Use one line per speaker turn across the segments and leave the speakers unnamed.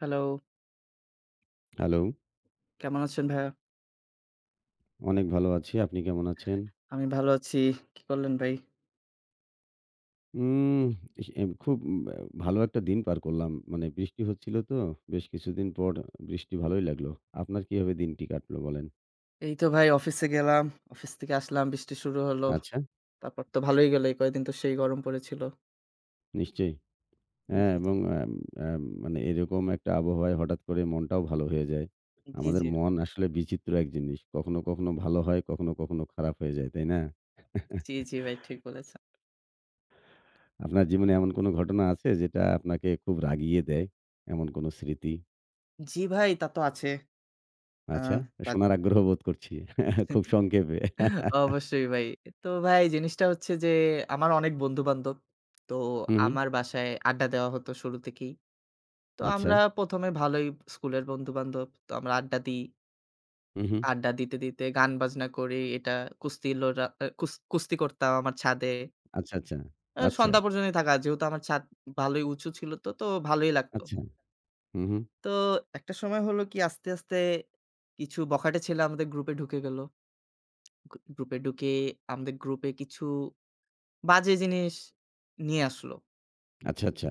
Hello,
hello.
কেমন আছেন ভাইয়া?
অনেক ভালো আছি। আপনি কেমন আছেন?
আমি ভালো আছি। কি করলেন ভাই?
উম ইস এম খুব উম আ ভালো একটা দিন পার করলাম। মানে বৃষ্টি হচ্ছিল তো বেশ কিছুদিন পর বৃষ্টি ভালোই লাগলো। আপনার কিভাবে দিনটি কাটলো বলেন?
এই তো ভাই অফিসে গেলাম। অফিস থেকে আসলাম, বৃষ্টি শুরু হলো।
আচ্ছা।
তারপর তো ভালোই গেল। এই কয়েকদিন তো সেই গরম পড়েছিল।
নিশ্চয়ই। হ্যাঁ,
জি,
এবং আম আম মানে এরকম একটা আবহাওয়ায় হঠাৎ করে মনটাও ভালো হয়ে যায়।
জি,
আমাদের
জি,
মন আসলে বিচিত্র এক জিনিস। কখনো, কখনো ভালো হয়, কখনো, কখনো খারাপ হয়ে যায়, তাই না?
জি, জি ভাই ঠিক বলেছেন।
আপনার জীবনে এমন কোনো ঘটনা আছে যেটা আপনাকে খুব রাগিয়ে দেয়? এমন কোনো স্মৃতি?
জি ভাই, তা তো আছে। আ
আচ্ছা,
তা তো
শোনার আগ্রহ বোধ করছি। খুব সংক্ষেপে।
অবশ্যই ভাই। তো ভাই জিনিসটা হচ্ছে যে আমার অনেক বন্ধু-বান্ধব। তো
হু, হু।
আমার বাসায় আড্ডা দেওয়া হতো শুরু থেকেই। তো
আচ্ছা।
আমরা ১ম এ ভালোই স্কুলের বন্ধু-বান্ধব। তো আমরা আড্ডা দিই।
হু, হু।
আড্ডা দিতে, দিতে গান বাজনা করি। এটা কুস্তি লড়া আ কুস কুস্তি করতাম আমার ছাদে।
আচ্ছা, আচ্ছা। আচ্ছা,
সন্ধ্যা পর্যন্তই থাকা। যেহেতু আমার ছাদ ভালোই উঁচু ছিল তো ভালোই লাগতো।
আচ্ছা। হু, হু।
তো একটা সময় হলো কি আস্তে, আস্তে কিছু বখাটে ছেলে আমাদের গ্রুপে ঢুকে গেল। গ্রু গ্রুপে ঢুকে আমাদের গ্রুপে কিছু বাজে জিনিস নিয়ে আসলো।
আচ্ছা, আচ্ছা।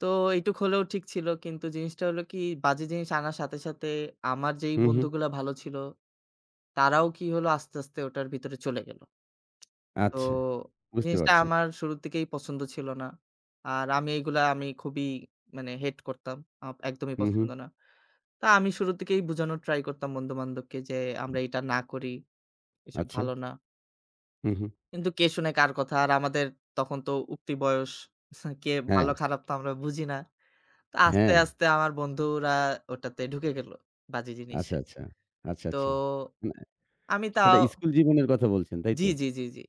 তো এইটুক হলেও ঠিক ছিল। কিন্তু জিনিসটা হলো কি বাজে জিনিস আনার সাথে, সাথে আমার যেই
হু, হু।
বন্ধুগুলা ভালো ছিল তারাও কি হলো আস্তে, আস্তে ওটার ভিতরে চলে গেল। তো
আচ্ছা। বুঝতে
জিনিসটা
পারছি।
আমার শুরু থেকেই পছন্দ ছিল না। আর আমি এগুলা খুবই মানে হেট করতাম। একদমই
হু, হু।
পছন্দ না। তো আমি শুরু থেকেই বুঝানোর ট্রাই করতাম বন্ধু-বান্ধবকে যে, "আমরা এটা না করি, এসব
আচ্ছা।
ভালো না।"
হু, হু।
কিন্তু কে শুনে কার কথা? আর আমাদের তখন তো উক্তি বয়স। কে
হ্যাঁ,
ভালো খারাপ তো আমরা বুঝি না। তো আস্তে,
হ্যাঁ।
আস্তে আমার বন্ধুরা ওটাতে ঢুকে গেল বাজে জিনিসে।
আচ্ছা, আচ্ছা। আচ্ছা,
তো
আচ্ছা। না,
আমি
সেটা
তাও
স্কুল জীবনের কথা বলছেন, তাই
জি,
তো?
জি, জি, জি।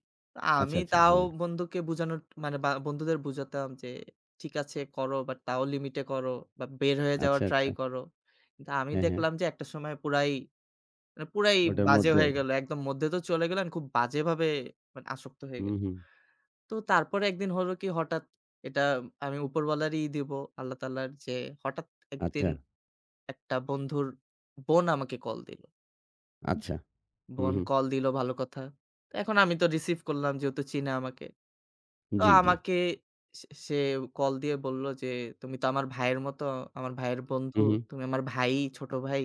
আমি
আচ্ছা, আচ্ছা।
তাও
হ্যাঁ।
বন্ধুকে বোঝানোর মানে বা বন্ধুদের বোঝাতাম যে, "ঠিক আছে করো বাট তাও লিমিটে করো বা বের হয়ে যাওয়ার
আচ্ছা,
ট্রাই
আচ্ছা।
করো।" কিন্তু আমি
হ্যাঁ, হ্যাঁ।
দেখলাম যে একটা সময় পুরাই মানে পুরাই
ওটার
বাজে
মধ্যে
হয়ে গেল। একদম মধ্যে তো চলে গেলেন খুব বাজেভাবে মানে আসক্ত হয়ে
হু,
গেল।
হু।
তো তারপরে একদিন হলো কি হঠাৎ এটা আমি উপরওয়ালারই দিব আল্লাহ তায়ালার যে হঠাৎ একদিন
আচ্ছা,
একটা বন্ধুর বোন আমাকে কল দিল।
আচ্ছা। হু,
বোন
হু।
কল দিল ভালো কথা। তো এখন আমি তো রিসিভ করলাম যেহেতু চিনে আমাকে। তো
জি, জি।
আমাকে সে সে কল দিয়ে বলল যে, "তুমি তো আমার ভাইয়ের মতো, আমার ভাইয়ের বন্ধু।
হু, হু।
তুমি আমার ভাই, ছোট ভাই।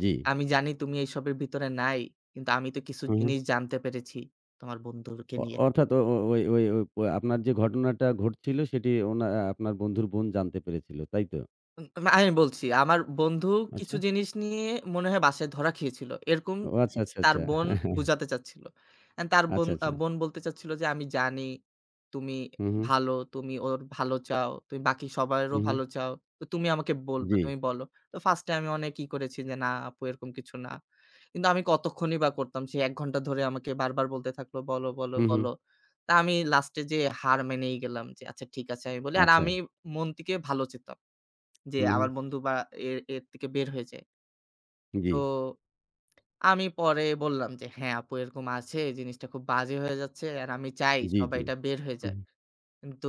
জি।
আমি জানি তুমি এইসবের ভিতরে নাই। কিন্তু আমি তো কিছু
হু, হু।
জিনিস জানতে পেরেছি তোমার বন্ধুকে নিয়ে।"
অর্থাৎ ও ও ওই ওই ওই ওই আপনার যে ঘটনাটা ঘটছিল সেটি ওনা আ আপনার বন্ধুর বোন জানতে পেরেছিল, তাই তো?
উম মা আমি বলছি, আমার বন্ধু
আচ্ছা।
কিছু জিনিস নিয়ে মনে হয় বাসায় ধরা খেয়েছিল। এরকম
ও আচ্ছা, জি। আচ্ছা,
তার
আচ্ছা।
বোন
হ্যাঁ, হ্যাঁ।
বুঝাতে চাচ্ছিল। অ্যান্ড তার বোন
আচ্ছা,
আ
আচ্ছা।
বোন বলতে চাচ্ছিল যে, "আমি জানি তুমি
হুম, হুম,
ভালো, তুমি ওর ভালো চাও, তুমি বাকি সবারও
হুম, হুম।
ভালো চাও। তো তুমি আমাকে বলবা,
জি।
তুমি বলো।" তো ফার্স্ট এ আমি অনেক ই করেছি যে, "না আপু এরকম কিছু না।" কিন্তু আমি কতক্ষণই বা করতাম। সে ১ ঘন্টা ধরে আমাকে বারবার বলতে থাকলো, "বলো, বলো,
হুম, হুম।
বলো।" তা আমি লাস্টে যেয়ে হার মেনেই গেলাম যে, "আচ্ছা ঠিক আছে" আমি বলি। আর
আচ্ছা।
আমি মন থেকে ভালো চেতাম। যে
হুম, হুম।
আমার বন্ধু বা এর এর থেকে বের হয়ে যায়।
জি,
তো আমি পরে বললাম যে, "হ্যাঁ, আপু এরকম আছে। এই জিনিসটা খুব বাজে হয়ে যাচ্ছে। আর আমি চাই
জি,
সবাই
জি।
এটা বের হয়ে যাক।
হুম,
কিন্তু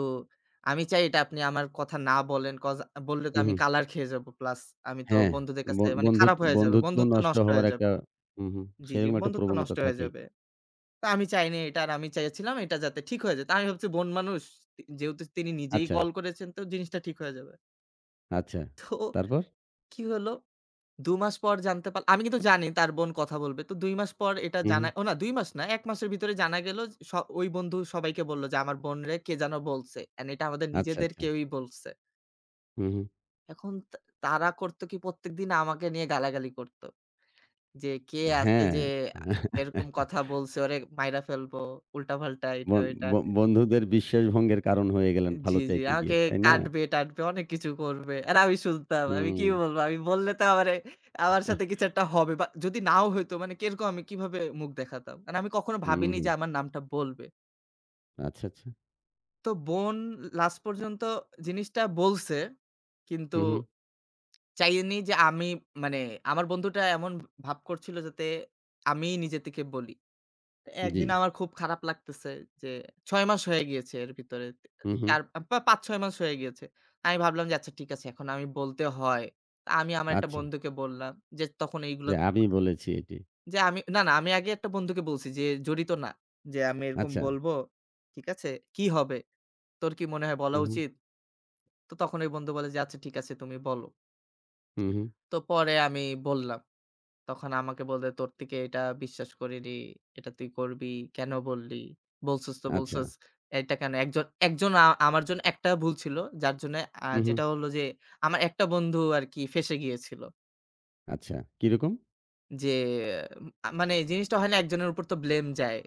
আমি চাই এটা আপনি আমার কথা না বলেন। কজ বললে তো
হুম,
আমি
হুম।
কালার খেয়ে যাবো। প্লাস আমি তো
হ্যাঁ,
বন্ধুদের
ব
কাছে মানে
বন্ধুত
খারাপ হয়ে যাবে।
বন্ধুত্ব
বন্ধুত্ব
নষ্ট
নষ্ট হয়ে
হওয়ার
যাবে।"
একটা হুম, হুম।
জি, জি,
সেরকম একটা
বন্ধুত্ব নষ্ট
প্রবণতা
হয়ে
থাকেই।
যাবে। তো আমি চাইনি এটা আর আমি চাইছিলাম এটা যাতে ঠিক হয়ে যেত। আমি ভাবছি বোন মানুষ যেহেতু তিনি নিজেই
আচ্ছা,
কল করেছেন তো জিনিসটা ঠিক হয়ে যাবে।
আচ্ছা।
তো
তারপর?
কি হলো ২ মাস পর জানতে পার আমি কিন্তু জানি তার বোন কথা বলবে। তো ২ মাস পর এটা
হুম,
জানা
হুম।
ও না ২ মাস না ১ মাসের ভিতরে জানা গেল যে ওই বন্ধু সবাইকে বলল যে আমার বোনরে কে যেন বলছে। অ্যান্ড এটা আমাদের
আচ্ছা,
নিজেদের
আচ্ছা।
কেউই বলছে।
হুম, হুম।
এখন তা তারা করত কি প্রত্যেকদিন আমাকে নিয়ে গালাগালি করত। যে কে আছে
হ্যাঁ।
যে আ এরকম কথা বলছে ওরে মাইরা ফেলবো, উল্টাপাল্টা এটা
বন
ওইটা।
ব বন্ধুদের বিশ্বাস ভঙ্গের কারণ হয়ে গেলেন
জি,
ভালো
জি।
চাইতে
আমাকে
গিয়ে, তাই না?
কাঁদবে-টাঁদবে, অনেক কিছু করবে। আর আমি শুনতাম। আমি
হুম,
কি বলব? আমি বললে তো আমারে আমার
আহ,
সাথে কিছু একটা হবে বা যদি নাও হইতো মানে কিরকম আমি কিভাবে মুখ দেখাতাম? মানে আমি কখনো
হুম,
ভাবিনি যে
হুম।
আমার নামটা বলবে।
আচ্ছা, আচ্ছা।
তো বোন লাস্ট পর্যন্ত জিনিসটা বলছে। কিন্তু
হুম, হুম।
চাইনি যে আমি মানে আমার বন্ধুটা এমন ভাব করছিল যাতে আমিই নিজে থেকে বলি।
জি।
একদিন আমার খুব খারাপ লাগতেছে যে ৬ মাস হয়ে গিয়েছে এর ভিতরে।
হুম, হুম।
চার পা ৫-৬ মাস হয়ে গিয়েছে। আমি ভাবলাম যে আচ্ছা ঠিক আছে এখন আমি বলতে হয়। তা আমি আমার একটা
আচ্ছা।
বন্ধুকে বললাম যে তখন এইগুলো
যে আমি
করতে
বলেছি এটি।
যে আমি না, না আমি আগে একটা বন্ধুকে বলছি যে জড়িত না। যে আমি এরকম
আচ্ছা।
বলব। ঠিক আছে? কি হবে? তোর কি মনে হয় বলা
হুম, হুম।
উচিত? তো তখন ওই বন্ধু বলে যে আচ্ছা ঠিক আছে তুমি বলো।
হুম, হুম।
তো পরে আমি বললাম। তখন আমাকে বলতে, "তোর থেকে এটা বিশ্বাস করিনি। এটা তুই করবি। কেন বললি? বলছস তো
আচ্ছা।
বলছস। এটা কেন?" একজন, একজন আমার জন্য একটা ভুল ছিল। যার জন্য
হুম, হুম।
যেটা হলো যে আমার একটা বন্ধু আরকি ফেঁসে গিয়েছিল।
আচ্ছা। কিরকম?
যে মানে জিনিসটা হয় না একজনের উপর তো ব্লেম যায়।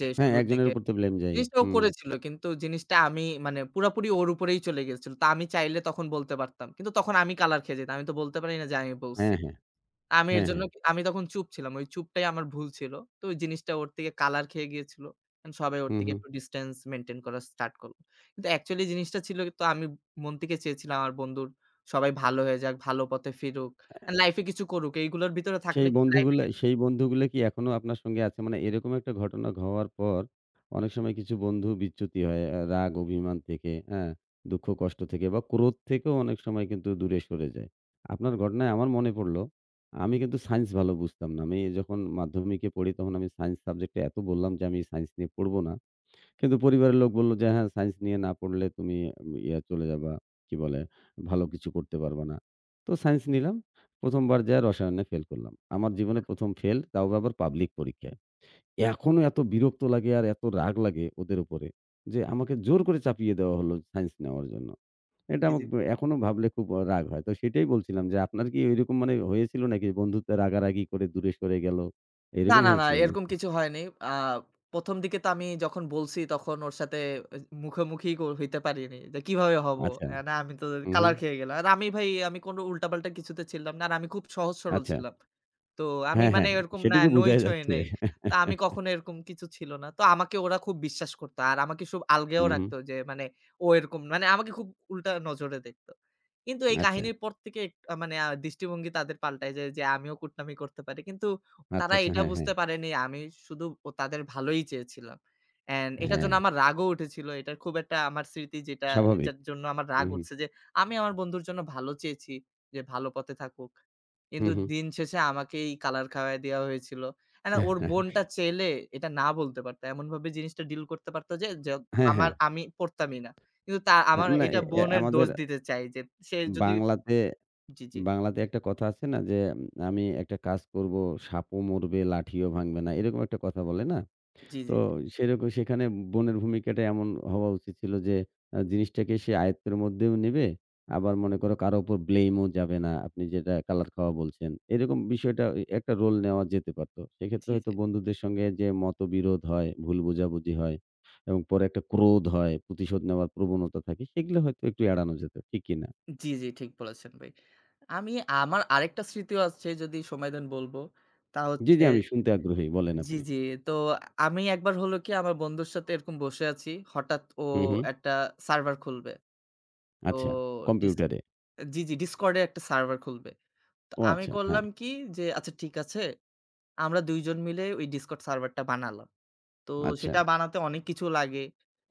যে
হ্যাঁ,
শুরুর
একজনের
দিকে।
উপর তো ব্লেম যায়।
জিনিসটা ও
হুম।
করেছিল। কিন্তু জিনিসটা আমি মানে পুরাপুরি ওর উপরেই চলে গিয়েছিল। তো আমি চাইলে তখন বলতে পারতাম। কিন্তু তখন আমি কালার খেয়ে যেতাম। আমি তো বলতে পারি না যে আমি বলছি।
হ্যাঁ, হ্যাঁ।
আমি এর
হ্যাঁ,
জন্য
হ্যাঁ।
কি- আমি তখন চুপ ছিলাম। ওই চুপটাই আমার ভুল ছিল। তো ওই জিনিসটা ওর থেকে কালার খেয়ে গিয়েছিল। এন্ড সবাই ওর
হুম,
থেকে
হুম।
একটু ডিসট্যান্স মেইনটেইন করা স্টার্ট করলো। কিন্তু অ্যাকচুয়ালি জিনিসটা ছিল তো আমি মন থেকে চেয়েছিলাম আমার বন্ধুর সবাই ভালো হয়ে যাক, ভালো পথে ফিরুক, এন্ড লাইফ এ কিছু করুক। এইগুলোর ভিতরে থাকলে
সেই
কি লাইফ এ
বন্ধুগুলা সেই বন্ধুগুলা কি এখনো আপনার সঙ্গে আছে? মানে এরকম একটা ঘটনা হওয়ার পর অনেক সময় কিছু বন্ধু বিচ্যুতি হয় রাগ, অভিমান থেকে, হ্যাঁ? দুঃখ, কষ্ট থেকে বা ক্রোধ থেকেও অনেক সময় কিন্তু দূরে সরে যায়। আপনার ঘটনায় আমার মনে পড়ল, আমি কিন্তু সায়েন্স ভালো বুঝতাম না। আমি যখন মাধ্যমিকে পড়ি তখন আমি সায়েন্স সাবজেক্টে এত বললাম যে, "আমি সায়েন্স নিয়ে পড়ব না।" কিন্তু পরিবারের লোক বলল যে, "হ্যাঁ, সায়েন্স নিয়ে না পড়লে তুমি উম, ইয়া চলে যাবা, কি বলে? ভালো কিছু করতে পারবা না।" তো সায়েন্স নিলাম। ১ম বার যায়া রসায়নে ফেল করলাম। আমার জীবনে ১ম ফেল, তাও আবার পাবলিক পরীক্ষায়। এখনো এত বিরক্ত লাগে আর এত রাগ লাগে ওদের উপরে যে, আমাকে জোর করে চাপিয়ে দেওয়া হলো সায়েন্স নেওয়ার জন্য। এটা
জি,
আমাক
জি।
এখনো ভাবলে খুব রাগ হয়। তো সেটাই বলছিলাম যে, আপনার কি ঐরকম মানে হয়েছিল নাকি? বন্ধুত্বে রাগারাগি করে দূরে সরে গেল?
না,
এরকম
না, না
হয়েছিল
এরকম
নাকি?
কিছু হয়নি। আ ১ম দিকে তো আমি যখন বলছি তখন ওর সাথে এ মুখোমুখি হইতে পারিনি। যে কিভাবে হব?
আচ্ছা।
না আমি তো
হু, হু।
কালার খেয়ে গেলাম। আর আমি ভাই আমি কোনো উল্টাপাল্টা কিছুতে ছিলাম না। আর আমি খুব সহজ সরল
আচ্ছা।
ছিলাম। তো আমি
হ্যাঁ,
মানে
হ্যাঁ।
এরকম না
সেটাই তো
নই
বোঝাই
ছই
যাচ্ছে।
নাই। তো আমি কখনো এরকম কিছু ছিল না। তো আমাকে ওরা খুব বিশ্বাস করত। আর আমাকে খুব আলগেও
হুম, হুম।
রাখতো যে মানে ও এরকম মানে আমাকে খুব উল্টা নজরে দেখত। কিন্তু এই
আচ্ছা।
কাহিনীর পর থেকে এক মানে দৃষ্টিভঙ্গি তাদের পাল্টায় যায় যে আমিও কুটনামি করতে পারি। কিন্তু
আচ্ছা,
তারা
আচ্ছা।
এটা
হ্যাঁ, হ্যাঁ।
বুঝতে পারেনি আমি শুধু তাদের ভালোই চেয়েছিলাম। অ্যান্ড এটার
হ্যাঁ,
জন্য আমার রাগও উঠেছিল। এটার খুব একটা আমার স্মৃতি যেটা
স্বাভাবিক।
যার জন্য আমার রাগ
হুম, হুম।
উঠছে যে আমি আমার বন্ধুর জন্য ভালো চেয়েছি যে ভালো পথে থাকুক। কিন্তু
হুম, হুম।
দিন শেষে আমাকেই কালার খাওয়ায় দেওয়া হয়েছিল। অ্যান্ড ওর বোনটা চাইলে এটা না বলতে পারত। এমনভাবে জিনিসটা ডিল করতে পারত যে
হ্যাঁ,
আমার
হ্যাঁ।
আমি পড়তামই না। কিন্তু তা
হ্যাঁ,
আমার
মানে এ
এটা
এ
বোনের দোষ
আমাদের
দিতে চাই যে সে যদি
বাংলাতে,
জি, জি, জি,
বাংলাতে একটা কথা আছে না যে, আমি একটা কাজ করব, সাপও মরবে, লাঠিও ভাঙবে না। এরকম একটা কথা বলে না?
জি, জি,
তো সেরকম সেখানে বোনের ভূমিকাটা এমন হওয়া উচিত ছিল যে জিনিসটাকে সে আয়ত্তের মধ্যেও নিবে, আবার মনে করো কারো উপর ব্লেম ও যাবে না। আপনি যেটা কালার খাওয়া বলছেন। এরকম বিষয়টা একটা রোল নেওয়া যেতে পারত। সেক্ষেত্রে
জি।
হয়তো বন্ধুদের সঙ্গে যে মতবিরোধ হয়, ভুল বোঝাবুঝি হয় এবং পরে একটা ক্রোধ হয়, প্রতিশোধ নেওয়ার প্রবণতা থাকে, সেগুলো হয়তো একটু এড়ানো যেত। ঠিক কি না?
জি, জি, ঠিক বলেছেন ভাই। আমি আমার আরেকটা স্মৃতিও আছে যদি সময় দেন বলবো। তা
জি,
হচ্ছে
জি, আমি শুনতে আগ্রহী। বলেন
জি,
আপনি।
জি। তো আমি একবার হলো কি আমার বন্ধুর সাথে এরকম বসে আছি। হঠাৎ ও
হুম, হুম।
একটা সার্ভার খুলবে। তো
আচ্ছা।
ডিস
কম্পিউটারে।
জি, জি, Discord এ একটা সার্ভার খুলবে। তো
ও
আমি
আচ্ছা। হ্যাঁ।
করলাম কি যে আচ্ছা ঠিক আছে আমরা ২ জন মিলে ওই Discord সার্ভারটা বানালাম। তো
আচ্ছা।
সেটা বানাতে অনেক কিছু লাগে।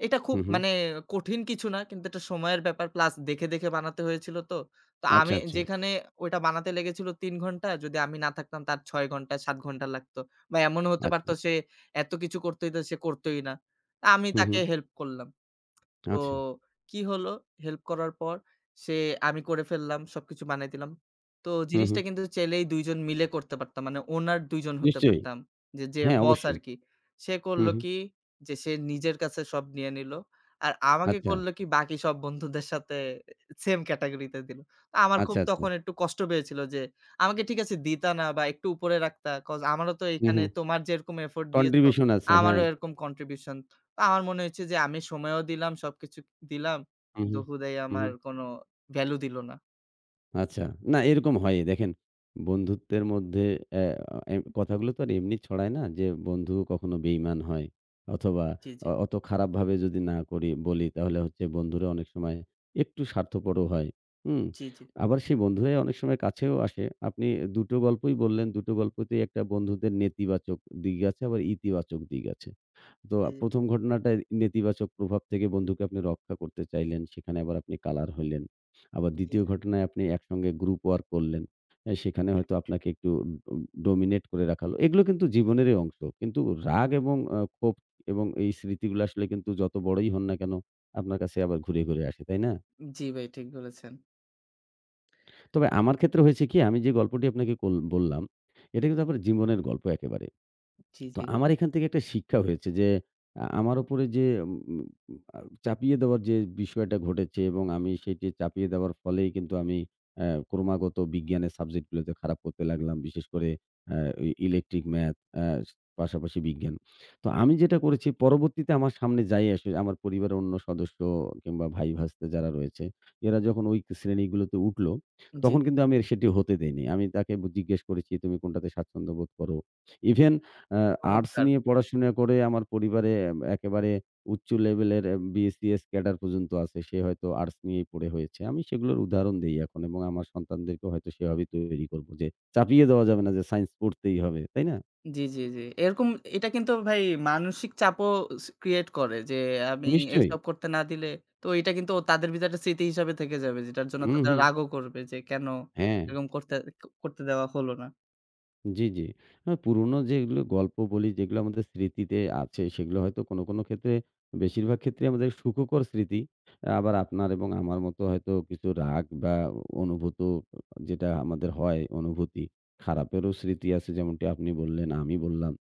এটা খুব
হুম, হুম।
মানে কঠিন কিছু না। কিন্তু এটা সময়ের ব্যাপার প্লাস দেখে, দেখে বানাতে হয়েছিল তো। তো
আচ্ছা,
আমি
আচ্ছা।
যেখানে ওইটা বানাতে লেগেছিল ৩ ঘন্টা, যদি আমি না থাকতাম তার ৬ ঘন্টা ৭ ঘন্টা লাগতো। বা এমনও হতে পারত
আচ্ছা।
সে এত কিছু করতে দিত সে করতই না। তা আমি
হুম,
তাকে
হুম।
হেল্প করলাম। তো
আচ্ছা।
কি হলো? হেল্প করার পর সে আমি করে ফেললাম, সবকিছু বানায় দিলাম। তো
হু, হু।
জিনিসটা কিন্তু চাইলেই ২ জন মিলে করতে পারতাম। মানে ওনার ২ জন হতে
নিশ্চয়ই।
পারতাম। যে
হ্যাঁ,
বস
অবশ্যই।
আরকি। সে
হু,
করলো
হু।
কি? যে সে নিজের কাছে সব নিয়ে নিলো। আর আমাকে
আচ্ছা,
করলো কি? বাকি সব বন্ধুদের সাথে সেম ক্যাটেগরিতে দিল। আমার খুব
আচ্ছা, আচ্ছা।
তখন একটু কষ্ট পেয়েছিল যে, আমাকে ঠিক আছে দিতা না বা একটু উপরে রাখতা। কজ আমারও তো
হু,
এখানে
হু।
তোমার যেরকম এফোর্ট দিয়েছো,
কন্ট্রিবিউশন আছে।
আমারও
হ্যাঁ।
এরকম কন্ট্রিবিউশন আমার মনে হয়েছে যে আমি সময়ও দিলাম, সবকিছু দিলাম।
হু,
কিন্তু
হু।
হুদাই
হু, হু।
আমার কোনো ভ্যালু দিল না।
আচ্ছা। না এরকম হয়ই। দেখেন বন্ধুত্বের মধ্যে অ্যা এ কথাগুলো তো আর এমনি ছড়ায় না যে বন্ধু কখনো বেইমান হয় অথবা
জি, জি,
অত খারাপভাবে যদি না করি বলি তাহলে হচ্ছে বন্ধুরা অনেক সময় একটু স্বার্থপরও হয়। হুম?
জি, জি,
আবার সেই বন্ধুরাই অনেক সময় কাছেও আসে। আপনি দুটো গল্পই বললেন, দুটো গল্পতেই একটা বন্ধুদের নেতিবাচক দিক আছে আবার ইতিবাচক দিক আছে। তো
জি,
১ম ঘটনাটা নেতিবাচক প্রভাব থেকে বন্ধুকে আপনি রক্ষা করতে চাইলেন। সেখানে আবার আপনি কালার হইলেন। আবার
জি,
২য়
জি,
ঘটনায় আপনি একসঙ্গে গ্রুপ ওয়ার্ক করলেন। সেখানে হয়তো আপনাকে একটু ডোমিনেট করে রাখা হলো। এগুলো কিন্তু জীবনেরই অংশ। কিন্তু রাগ এবং ক্ষোভ এবং এই স্মৃতিগুলো আসলে কিন্তু যত বড়ই হন না কেন, আপনার কাছে আবার ঘুরে, ঘুরে আসে, তাই না?
জি ভাই ঠিক বলেছেন।
তবে আমার ক্ষেত্রে হয়েছে কি আমি যে গল্পটি আপনাকে কোল বললাম, এটা কিন্তু আমার জীবনের গল্প একেবারে।
জি,
তো
জি,
আমার এখান থেকে একটা শিক্ষা হয়েছে যে আমার উপরে যে উম উম, আ চাপিয়ে দেওয়ার যে বিষয়টা ঘটেছে এবং আমি সেটি চাপিয়ে দেওয়ার ফলেই কিন্তু আমি ক্রমাগত বিজ্ঞানের সাবজেক্টগুলোতে খারাপ করতে লাগলাম। বিশেষ করে আ ই ইলেকট্রিক, ম্যাথ আ পাশাপাশি বিজ্ঞান। তো আমি যেটা করেছি পরবর্তীতে আমার সামনে যাই আসে আমার পরিবারের অন্য সদস্য কিংবা ভাই-ভাস্তে যারা রয়েছে, এরা যখন ওই শ্রেণীগুলোতে উঠলো,
জি,
তখন
জি,
কিন্তু আমি সেটি হতে দেইনি। আমি তাকে জিজ্ঞেস করেছি, "তুমি কোনটাতে স্বাচ্ছন্দ্য বোধ করো?" ইভেন আ আর্টস
চমৎকার।
নিয়ে পড়াশোনা করে আমার পরিবারে একেবারে উচ্চ লেভেলের BCS ক্যাডার পর্যন্ত আছে। সে হয়তো আর্টস নিয়েই পড়ে হয়েছে। আমি সেগুলোর উদাহরণ দেই এখন এবং আমার সন্তানদেরকেও হয়তো সেভাবেই তৈরি করব যে চাপিয়ে দেওয়া যাবে না যে সায়েন্স পড়তেই হবে। তাই না?
জি, জি, জি। এরকম এটা কিন্তু ভাই মানসিক চাপও ক্রিয়েট করে যে আমি
নিশ্চয়ই।
এইসব করতে না দিলে তো এটা কিন্তু তাদের ভিতরে একটা স্মৃতি হিসাবে থেকে যাবে যেটার জন্য
হুম,
তাদের
হুম।
রাগও করবে যে কেন
হ্যাঁ।
এরকম করতে করতে দেওয়া হলো না।
জি, জি। না পুরোনো যেগুলো গল্প বলি, যেগুলো আমাদের স্মৃতিতে আছে, সেগুলো হয়তো কোনো, কোনো ক্ষেত্রে বেশিরভাগ ক্ষেত্রেই আমাদের সুখকর স্মৃতি। আবার আপনার এবং আমার মতো হয়তো কিছু রাগ বা অনুভূত যেটা আমাদের হয় অনুভূতি, খারাপেরও স্মৃতি আছে যেমনটি আপনি বললেন, আমি বললাম।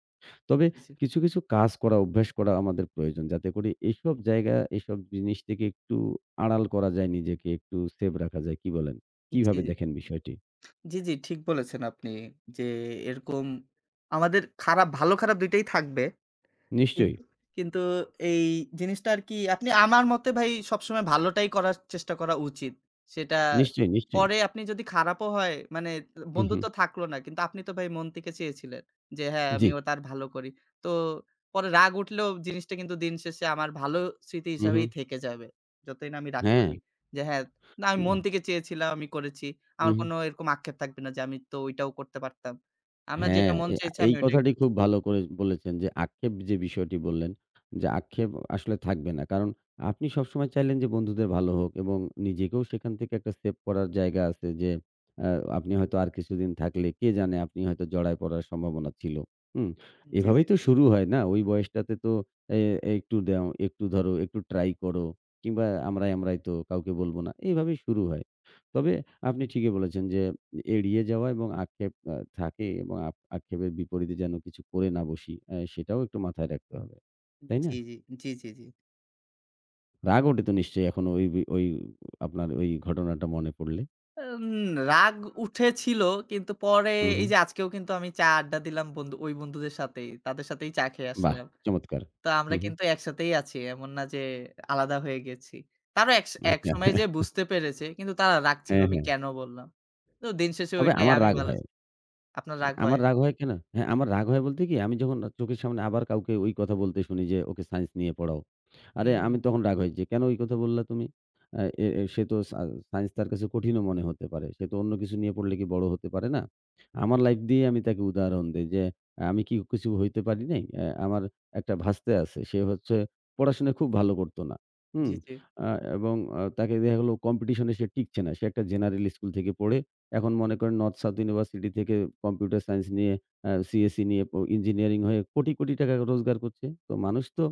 তবে
জি, জি।
কিছু, কিছু কাজ করা, অভ্যাস করা আমাদের প্রয়োজন। যাতে করে এসব জায়গা, এসব জিনিস থেকে একটু আড়াল করা যায় নিজেকে, একটু সেভ রাখা যায়। কি বলেন?
জি,
কিভাবে
জি।
দেখেন বিষয়টি?
জি, জি, ঠিক বলেছেন আপনি যে এরকম আমাদের ভালো খারাপ ২ টাই থাকবে।
নিশ্চয়ই,
কিন্তু কিন্তু এই জিনিসটা আর কি আপনি আমার মতে ভাই সবসময় ভালোটাই করার চেষ্টা করা উচিত। সেটা
নিশ্চয়ই, নিশ্চয়ই।
পরে আপনি যদি খারাপও হয় মানে
হু, হু।
বন্ধুত্ব থাকলো না। কিন্তু আপনি তো ভাই মন থেকে চেয়েছিলেন যে হ্যাঁ,
জি।
আমিও তার ভালো করি। তো পরে রাগ উঠলেও জিনিসটা কিন্তু দিন শেষে আমার ভালো স্মৃতি
হু, হু।
হিসাবেই থেকে যাবে। যতই না আমি রাগ
হ্যাঁ।
করি যে হ্যাঁ, না আমি মন
না
থেকে চেয়েছিলাম, আমি করেছি।
হু,
আমার
হু।
কোনো এরকম আক্ষেপ থাকবে না যে আমি তো ওইটাও করতে পারতাম। আমার যেটা
হ্যাঁ,
মন চেয়েছে আমি
এই
ওইটাই
কথাটি
করেছি।
খুব ভালো করে বলেছেন যে আক্ষেপ যে বিষয়টি বললেন, যে আক্ষেপ আসলে থাকবে না। কারণ আপনি সবসময় চাইলেন যে বন্ধুদের ভালো হোক এবং নিজেকেও সেখান থেকে একটা সেভ করার জায়গা আছে যে আ আপনি হয়তো আর কিছুদিন থাকলে কে জানে আপনি হয়তো জড়ায় পড়ার সম্ভাবনা ছিল। হুম?
জি, জি,
এভাবেই তো শুরু হয় না? ওই বয়সটাতে তো এ একটু দাও, একটু ধরো, একটু ট্রাই করো কিংবা আমরাই, আমরাই তো কাউকে বলব না। এইভাবেই শুরু হয়। তবে আপনি ঠিকই বলেছেন যে এড়িয়ে যাওয়া এবং আক্ষেপ থাকে এবং আক্ষেপের বিপরীতে যেন কিছু করে না বসি। সেটাও একটু মাথায় রাখতে হবে। তাই না?
জি, জি, জি, জি, জি।
রাগ ওঠে তো নিশ্চয়ই এখনো ওই আপনার ওই ঘটনাটা মনে পড়লে?
উম রাগ উঠেছিল কিন্তু পরে
হু, হু।
এই যে আজকেও কিন্তু আমি চা আড্ডা দিলাম বন্ধু ওই বন্ধুদের সাথেই। তাদের সাথেই চা খেয়ে
বাহ!
আসলাম।
চমৎকার।
তো
হু,
আমরা
হু।
কিন্তু একসাথেই আছি। এমন না যে আলাদা হয়ে গেছি। তারা
আচ্ছা।
একসময় যেয়ে বুঝতে পেরেছে। কিন্তু তারা রাগ ছিল
হ্যাঁ,
আমি
হ্যাঁ।
কেন বললাম। তো দিন শেষে
তবে
ওইটাই
আমার
আমি
রাগ
ভালো
হয়।
আপনার রাগ হয়।
আমার রাগ হয় কেন? হ্যাঁ, আমার রাগ হয় বলতে কি আমি যখন চোখের সামনে আবার কাউকে ওই কথা বলতে শুনি যে, "ওকে সায়েন্স নিয়ে পড়াও।" আরে
হুম, হুম।
আমি তখন রাগ হই যে, "কেন এই কথা বললা তুমি? আ এ এ সে তো সা সায়েন্স তার কাছে কঠিনও মনে হতে পারে। সে তো অন্য কিছু নিয়ে পড়লে কি বড় হতে পারে না?" আমার লাইফ দিয়ে আমি তাকে উদাহরণ দেই যে, আহ, "আমি কি কিছু হইতে পারি নাই? আমার একটা ভাস্তে আছে। সে হচ্ছে পড়াশোনায় খুব ভালো করত না। হুম?
জি, জি।
আ এবং তাকে দেখা গেল কম্পিটিশন এ সে টিকছে না। সে একটা জেনারেল স্কুল থেকে পড়ে এখন মনে করেন নর্থ সাউথ ইউনিভার্সিটি থেকে কম্পিউটার সায়েন্স নিয়ে সিএসই নিয়ে ইঞ্জিনিয়ারিং হয়ে কোটি, কোটি টাকা রোজগার করছে। তো মানুষ তো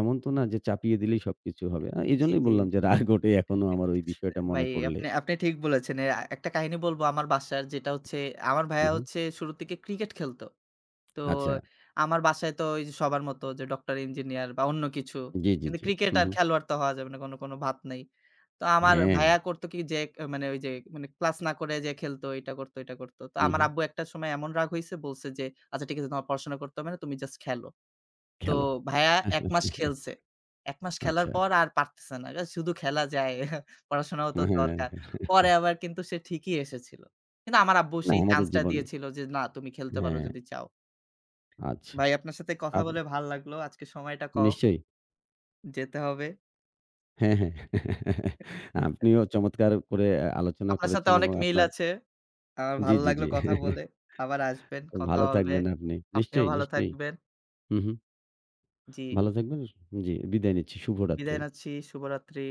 এমন তো না যে চাপিয়ে দিলেই সবকিছু হবে।
জি,
এজন্যই
জি।
বললাম যে রাগ ওঠে
জি,
এখনো
জি।
আমার ওই বিষয়টা
ভাই
মনে পড়লে।
আপনি আপনি ঠিক বলেছেন। একটা কাহিনী বলব আমার বাসার যেটা হচ্ছে আমার
হু,
ভাইয়া
হু।
হচ্ছে শুরুর দিকে ক্রিকেট খেলতো। তো
আচ্ছা।
আমার বাসায় তো ওই যে সবার মতো যে ডক্টর, ইঞ্জিনিয়ার বা অন্য কিছু।
জি, জি,
কিন্তু
জি।
ক্রিকেট
হু,
আর
হু।
খেলোয়াড় তো হওয়া যাবে না। কোনো, কোনো ভাত নাই। তো আমার
হ্যাঁ।
ভাইয়া করতো কি যে মানে ওই যে মানে ক্লাস না করে যে খেলতো, এটা করতো, এটা করতো। তো
হু,
আমার
হু।
আব্বু একটা সময় এমন রাগ হইছে বলছে যে, "আচ্ছা ঠিক আছে তোমার পড়াশোনা করতে হবে না। তুমি জাস্ট খেলো।" তো
খেলো।
ভাইয়া ১ মাস খেলছে। ১ মাস খেলার
আচ্ছা।
পর আর পারতেছে না। এ শুধু খেলা যায়। পড়াশোনাও তো
হ্যাঁ।
দরকার। পরে আবার কিন্তু সে ঠিকই এসেছিল। কিন্তু আমার আব্বু
না
সেই
আমাদের
চান্সটা
জীবন
দিয়েছিল যে, "না তুমি খেলতে পারো
হ্যাঁ,
যদি চাও।"
আচ্ছা।
ভাই আপনার সাথে কথা
আপ
বলে ভাল লাগলো। আজকে সময়টা কম,
নিশ্চয়ই।
যেতে হবে।
হ্যাঁ, হ্যাঁ। আপনিও চমৎকার করে আলোচনা
আপনার সাথে
করেছেন
অনেক
এবং
মিল
আপনার
আছে। আমার
জি,
ভালো
জি,
লাগলো
জি।
কথা বলে। আবার আসবেন, কথা
ভালো
হবে।
থাকবেন আপনি।
আপনিও
নিশ্চয়ই,
ভালো
নিশ্চয়ই।
থাকবেন।
হু, হু।
জি,
ভালো থাকবেন। জি, বিদায় নিচ্ছি। শুভরাত্রি।
বিদায় নাচ্ছি। শুভরাত্রি।